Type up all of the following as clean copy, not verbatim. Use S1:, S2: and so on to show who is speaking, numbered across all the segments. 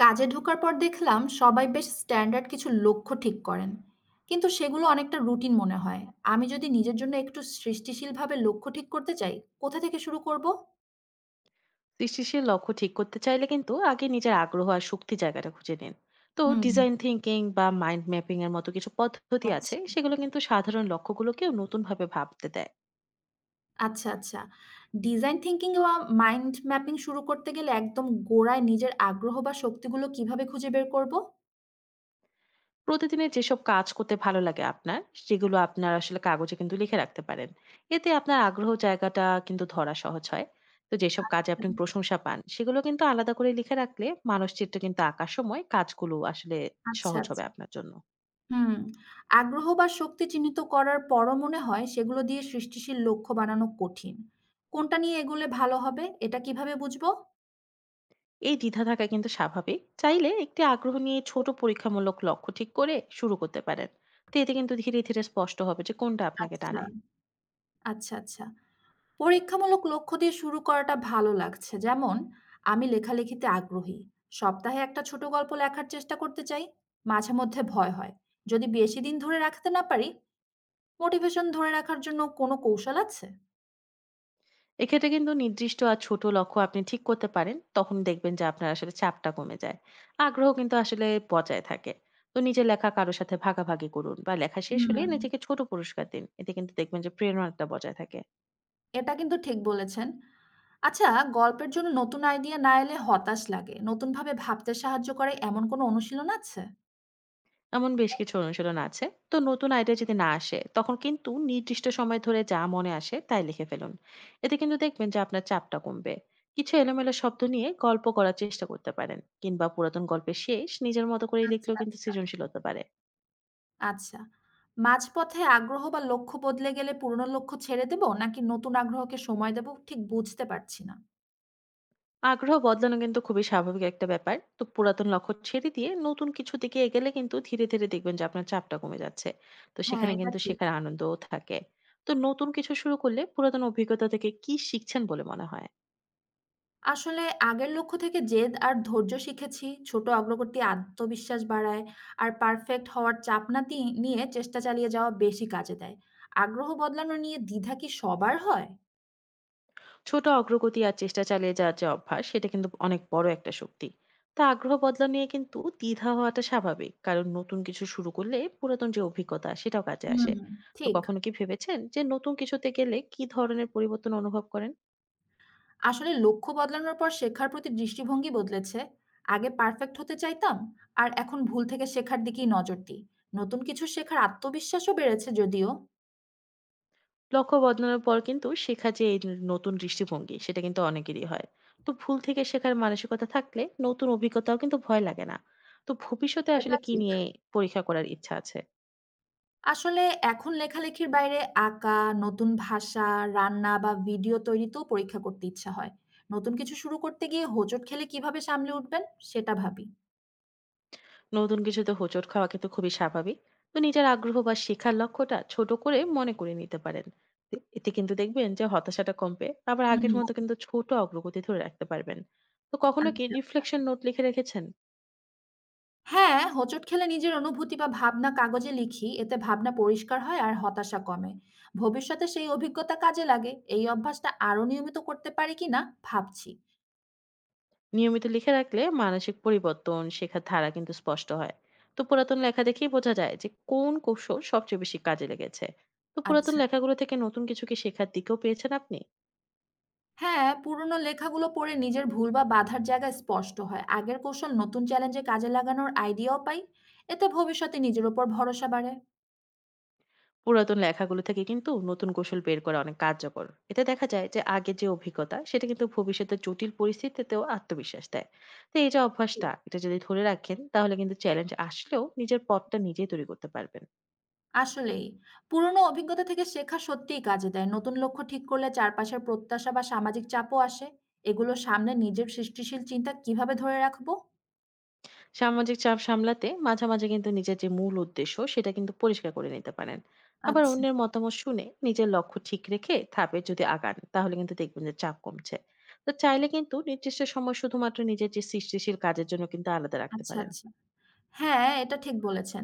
S1: কাজে ঢোকার পর দেখলাম সবাই বেশ স্ট্যান্ডার্ড কিছু লক্ষ্য ঠিক করেন। কিন্তু সেগুলো অনেকটা রুটিন মনে হয়। আমি যদি নিজের জন্য একটু সৃষ্টিশীলভাবে লক্ষ্য ঠিক করতে চাই, কোথা থেকে শুরু করব?
S2: সৃষ্টিশীল লক্ষ্য ঠিক করতে চাইলে কিন্তু আগে নিজের আগ্রহ আর শক্তি জায়গাটা খুঁজে নিন। তো
S1: হুম,
S2: ডিজাইন থিঙ্কিং বা মাইন্ড ম্যাপিং এর মতো কিছু পদ্ধতি আছে,
S1: আচ্ছা,
S2: সেগুলো কিন্তু সাধারণ লক্ষ্যগুলোকেও নতুন ভাবে ভাবতে দেয়।
S1: আচ্ছা। ডিজাইন থিংকিং বা মাইন্ড ম্যাপিং শুরু করতে গেলে একদম গোড়ায় নিজের আগ্রহ বা শক্তিগুলো কিভাবে খুঁজে বের করব?
S2: প্রতিদিনের যেসব কাজ করতে ভালো লাগে আপনার, সেগুলো আপনার আসলে কাগজে কিন্তু লিখে রাখতে পারেন। এতে আপনার আগ্রহ জায়গাটা কিন্তু ধরা সহজ হয়। তো যেসব কাজে আপনি প্রশংসা পান, সেগুলো কিন্তু আলাদা করে লিখে রাখলে মানসচিত্র কিন্তু আঁকার সময় কাজগুলো আসলে
S1: আচ্ছা,
S2: সহজ হবে
S1: আচ্ছা।
S2: আপনার জন্য।
S1: হুম। আগ্রহ বা শক্তি চিহ্নিত করার পরও মনে হয় সেগুলো দিয়ে সৃষ্টিশীল লক্ষ্য বানানো কঠিন। কোনটা নিয়ে এগোলে ভালো হবে এটা কিভাবে বুঝবো?
S2: এই দ্বিধা থাকা কিন্তু স্বাভাবিক, চাইলে একটি আগ্রহ নিয়ে ছোট পরীক্ষামূলক লক্ষ্য ঠিক করে শুরু করতে পারেন। তো এতে কিন্তু ধীরে ধীরে স্পষ্ট হবে যে কোনটা আপনাকে
S1: আচ্ছা,
S2: টানে।
S1: আচ্ছা। পরীক্ষামূলক লক্ষ্য দিয়ে শুরু করাটা ভালো লাগছে। যেমন আমি লেখালেখিতে আগ্রহী। সপ্তাহে একটা ছোট গল্প লেখার চেষ্টা করতে চাই। মাঝে মধ্যে ভয় হয়। যদি বেশি দিন ধরে রাখতে না পারি, মোটিভেশন ধরে রাখার জন্য কোনো কৌশল আছে?
S2: এক্ষেত্রে কিন্তু নির্দিষ্ট আর ছোট লক্ষ্য আপনি ঠিক করতে পারেন, তখন দেখবেন যে আপনার আসলে চাপটা কমে যায়। আগ্রহ কিন্তু আসলে বজায় থাকে। তো নিজের লেখা কারোর সাথে ভাগাভাগি করুন বা লেখা শেষ হলে
S1: হুম,
S2: নিজেকে ছোট পুরস্কার দিন, এতে কিন্তু দেখবেন যে প্রেরণাটা বজায় থাকে।
S1: এটা কিন্তু ঠিক বলেছেন। আচ্ছা, গল্পের জন্য নতুন আইডিয়া না এলে হতাশ লাগে। নতুনভাবে ভাবতে সাহায্য করে এমন কোনো অনুশীলন আছে?
S2: এমন বেশ কিছু অনুশীলন আছে। তো নতুন আইডিয়া যদি না আসে, তখন কিন্তু নির্দিষ্ট সময় ধরে যা মনে আসে তাই লিখে ফেলুন। এতে কিন্তু দেখবেন যে আপনার চাপটা কমবে। কিছু এলোমেলো শব্দ নিয়ে গল্প করার চেষ্টা করতে পারেন, কিংবা পুরাতন গল্পের শেষ নিজের মতো করে
S1: আচ্ছা,
S2: লিখলেও কিন্তু
S1: আচ্ছা,
S2: সৃজনশীল হতে পারে।
S1: আচ্ছা। মাঝপথে আগ্রহ বা লক্ষ্য বদলে গেলে পুরনো লক্ষ্য ছেড়ে দেব নাকি নতুন আগ্রহকে সময় দেব ঠিক বুঝতে পারছি না।
S2: আগ্রহ বদলানো কিন্তু খুবই স্বাভাবিক একটা ব্যাপার। তো পুরাতন লক্ষ্য ছেড়ে দিয়ে নতুন কিছু দিকে এগেলে কিন্তু ধীরে দেখবেন যে আপনার চাপটা কমে যাচ্ছে। তো
S1: হ্যাঁ,
S2: সেখানে
S1: এটা
S2: কিন্তু
S1: ঠিক।
S2: শেখার আনন্দও থাকে। তো নতুন কিছু শুরু করলে পুরাতন অভিজ্ঞতা থেকে কি শিখছেন বলে মনে হয়?
S1: আসলে আগের লক্ষ্য থেকে জেদ আর ধৈর্য শিখেছি। ছোট অগ্রগতি আত্মবিশ্বাস বাড়ায়। আর পারফেক্ট হওয়ার চাপ না তি নিয়ে চেষ্টা চালিয়ে যাওয়া বেশি কাজে দেয়। আগ্রহ বদলানো নিয়ে দ্বিধা কি সবার হয়?
S2: ছোট অগ্রগতি আর চেষ্টা চালিয়ে যাওয়ার যে অভ্যাস, সেটা কিন্তু অনেক বড় একটা শক্তি। তা আগ্রহ বদলা নিয়ে কিন্তু দ্বিধা হওয়াটা স্বাভাবিক, কারণ নতুন কিছু শুরু করলে পুরাতন যে অভিজ্ঞতা সেটাও কাজে আসে।
S1: হুম,
S2: তো
S1: ঠিক।
S2: কখনো কি ভেবেছেন যে নতুন কিছুতে গেলে কি ধরনের পরিবর্তন অনুভব করেন?
S1: আসলে লক্ষ্য বদলানোর পর শেখার প্রতি দৃষ্টিভঙ্গি বদলেছে। আগে পারফেক্ট হতে চাইতাম, আর এখন ভুল থেকে শেখার দিকেই নজর দিই। নতুন কিছু শেখার আত্মবিশ্বাসও বেড়েছে যদিও।
S2: লক্ষ্য বদলানোর পর কিন্তু শেখা, যে এই নতুন দৃষ্টিভঙ্গি সেটা কিন্তু অনেকেরই হয়। তো ভুল থেকে শেখার মানসিকতা থাকলে নতুন অভিজ্ঞতাও কিন্তু ভয় লাগে না। তো ভবিষ্যতে আসলে
S1: এটা
S2: কি
S1: ঠিক।
S2: নিয়ে পরীক্ষা করার ইচ্ছা আছে?
S1: আসলে এখন লেখালেখির বাইরে আঁকা, নতুন ভাষা, রান্না বা ভিডিও তৈরিতেও পরীক্ষা করতে ইচ্ছা হয়। নতুন কিছু শুরু করতে গিয়ে হোঁচট খেলে কিভাবে সামলে উঠবেন সেটা ভাবি।
S2: নতুন কিছুতে হোঁচট খাওয়া কিন্তু খুবই স্বাভাবিক। তো নিজের আগ্রহ বা শেখার লক্ষ্যটা ছোট করে মনে করে নিতে পারেন। তো এতে কিন্তু দেখবেন যে হতাশাটা কমবে, আবার
S1: হুম।
S2: আগের মতো কিন্তু ছোট অগ্রগতি ধরে রাখতে পারবেন। তো কখনো কি
S1: আচ্ছা আচ্ছা।
S2: রিফ্লেকশন নোট লিখে রেখেছেন?
S1: হ্যাঁ, হোঁচট খেলে নিজের অনুভূতি বা ভাবনা কাগজে লিখি। এতে ভাবনা পরিষ্কার হয় আর হতাশা কমে। ভবিষ্যতে সেই অভিজ্ঞতা কাজে লাগে। এই অভ্যাসটা আরো নিয়মিত করতে পারি কিনা ভাবছি।
S2: নিয়মিত লিখে রাখলে মানসিক পরিবর্তন, শেখার ধারা কিন্তু স্পষ্ট হয়। তো পুরাতন লেখা দেখেই বোঝা যায় যে কোন কৌশল সবচেয়ে বেশি কাজে লেগেছে। তো পুরাতন
S1: আচ্ছা।
S2: লেখাগুলো থেকে নতুন কিছু কি শেখার দিকেও পেয়েছেন আপনি?
S1: হ্যাঁ, পুরোনো লেখাগুলো পড়ে নিজের ভুল বা বাধার জায়গা স্পষ্ট হয়। আগের কৌশল নতুন চ্যালেঞ্জে কাজে লাগানোর আইডিয়াও পাই। এতে ভবিষ্যতে নিজের উপর ভরসা বাড়ে।
S2: পুরাতন লেখাগুলো থেকে কিন্তু নতুন কৌশল বের করা অনেক কার্যকর। এতে দেখা যায় যে আগে যে অভিজ্ঞতা সেটা কিন্তু ভবিষ্যতে জটিল পরিস্থিতিতেও আত্মবিশ্বাস দেয়। তো এই যে অভ্যাসটা, এটা যদি ধরে রাখেন তাহলে কিন্তু চ্যালেঞ্জ আসলেও নিজের পথটা নিজেই তৈরি করতে পারবেন।
S1: আসলেই। পুরনো অভিজ্ঞতা থেকে শেখা সত্যিই কাজে দেয়। নতুন লক্ষ্য ঠিক করলে চারপাশের প্রত্যাশা বা সামাজিক চাপও আসে। এগুলো সামনে নিজের সৃষ্টিশীল চিন্তা কিভাবে ধরে রাখবো?
S2: সামাজিক চাপ সামলাতে মাঝে মাঝে কিন্তু নিজের যে মূল উদ্দেশ্য সেটা কিন্তু পরিষ্কার করে নিতে পারেন। আবার
S1: আচ্ছা,
S2: অন্যের মতামত শুনে নিজের লক্ষ্য ঠিক রেখে ধাপে যদি আগান তাহলে কিন্তু দেখবেন যে চাপ কমছে। তো চাইলে কিন্তু নির্দিষ্ট সময় শুধুমাত্র নিজের যে সৃষ্টিশীল কাজের জন্য কিন্তু আলাদা রাখতে
S1: আচ্ছা,
S2: পারেন।
S1: আচ্ছা। হ্যাঁ, এটা ঠিক বলেছেন।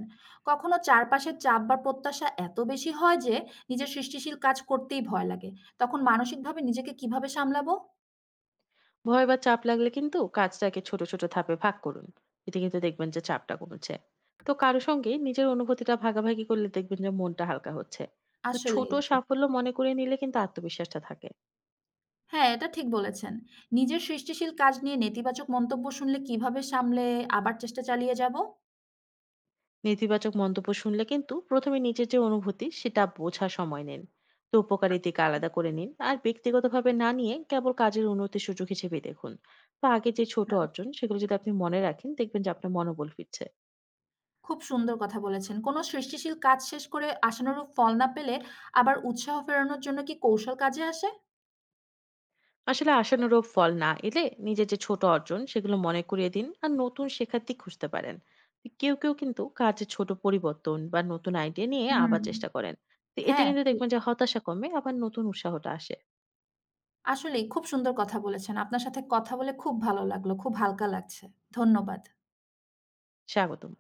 S1: কখনো চারপাশের চাপ বা প্রত্যাশা এত বেশি হয় যে নিজের সৃষ্টিশীল কাজ করতেই ভয় লাগে। তখন মানসিকভাবে নিজেকে কিভাবে সামলাবো?
S2: ভয় বা চাপ লাগলে কিন্তু কাজটাকে ছোট ছোট ধাপে ভাগ করুন। এতে কিন্তু দেখবেন যে চাপটা কমছে। তো কারো সঙ্গে নিজের অনুভূতিটা ভাগাভাগি করলে দেখবেন যে মনটা হালকা হচ্ছে। তো ছোট
S1: আসলেই ঠিক।
S2: সাফল্য মনে করে নিলে কিন্তু আত্মবিশ্বাসটা থাকে।
S1: হ্যাঁ, এটা ঠিক বলেছেন। নিজের সৃষ্টিশীল কাজ নিয়ে নেতিবাচক মন্তব্য শুনলে কিভাবে সামলে আবার চেষ্টা চালিয়ে যাবো?
S2: নেতিবাচক মন্তব্য শুনলে কিন্তু প্রথমে নিজের যে অনুভূতি সেটা বোঝা সময় নিন। তো উপকারী দিক
S1: আচ্ছা।
S2: আলাদা করে নিন, আর ব্যক্তিগতভাবে না নিয়ে কেবল কাজের উন্নতির সুযোগ হিসেবে দেখুন। তো আগে যে ছোট অর্জন সেগুলো যদি আপনি মনে রাখেন, দেখবেন যে আপনার মনোবল ফিরছে।
S1: খুব সুন্দর কথা বলেছেন। কোনো সৃষ্টিশীল কাজ শেষ করে আশানুরূপ ফল না পেলে আবার উৎসাহ ফেরানোর জন্য কি কৌশল কাজে আসে?
S2: আসলে আশানুরূপ ফল না এলে নিজের যে ছোট অর্জন সেগুলো মনে করিয়ে দিন, আর নতুন শেখার দিক খুঁজতে পারেন। তো কেউ কেউ কিন্তু কাজে ছোট পরিবর্তন বা নতুন আইডিয়া নিয়ে
S1: হুম।
S2: আবার চেষ্টা করেন। তো এতে
S1: হ্যাঁ,
S2: কিন্তু
S1: ঠিক।
S2: দেখবেন যে হতাশা কমে, আবার নতুন উৎসাহটা আসে।
S1: আসলেই খুব সুন্দর কথা বলেছেন। আপনার সাথে কথা বলে খুব ভালো লাগলো। খুব হালকা লাগছে। ধন্যবাদ।
S2: স্বাগতম।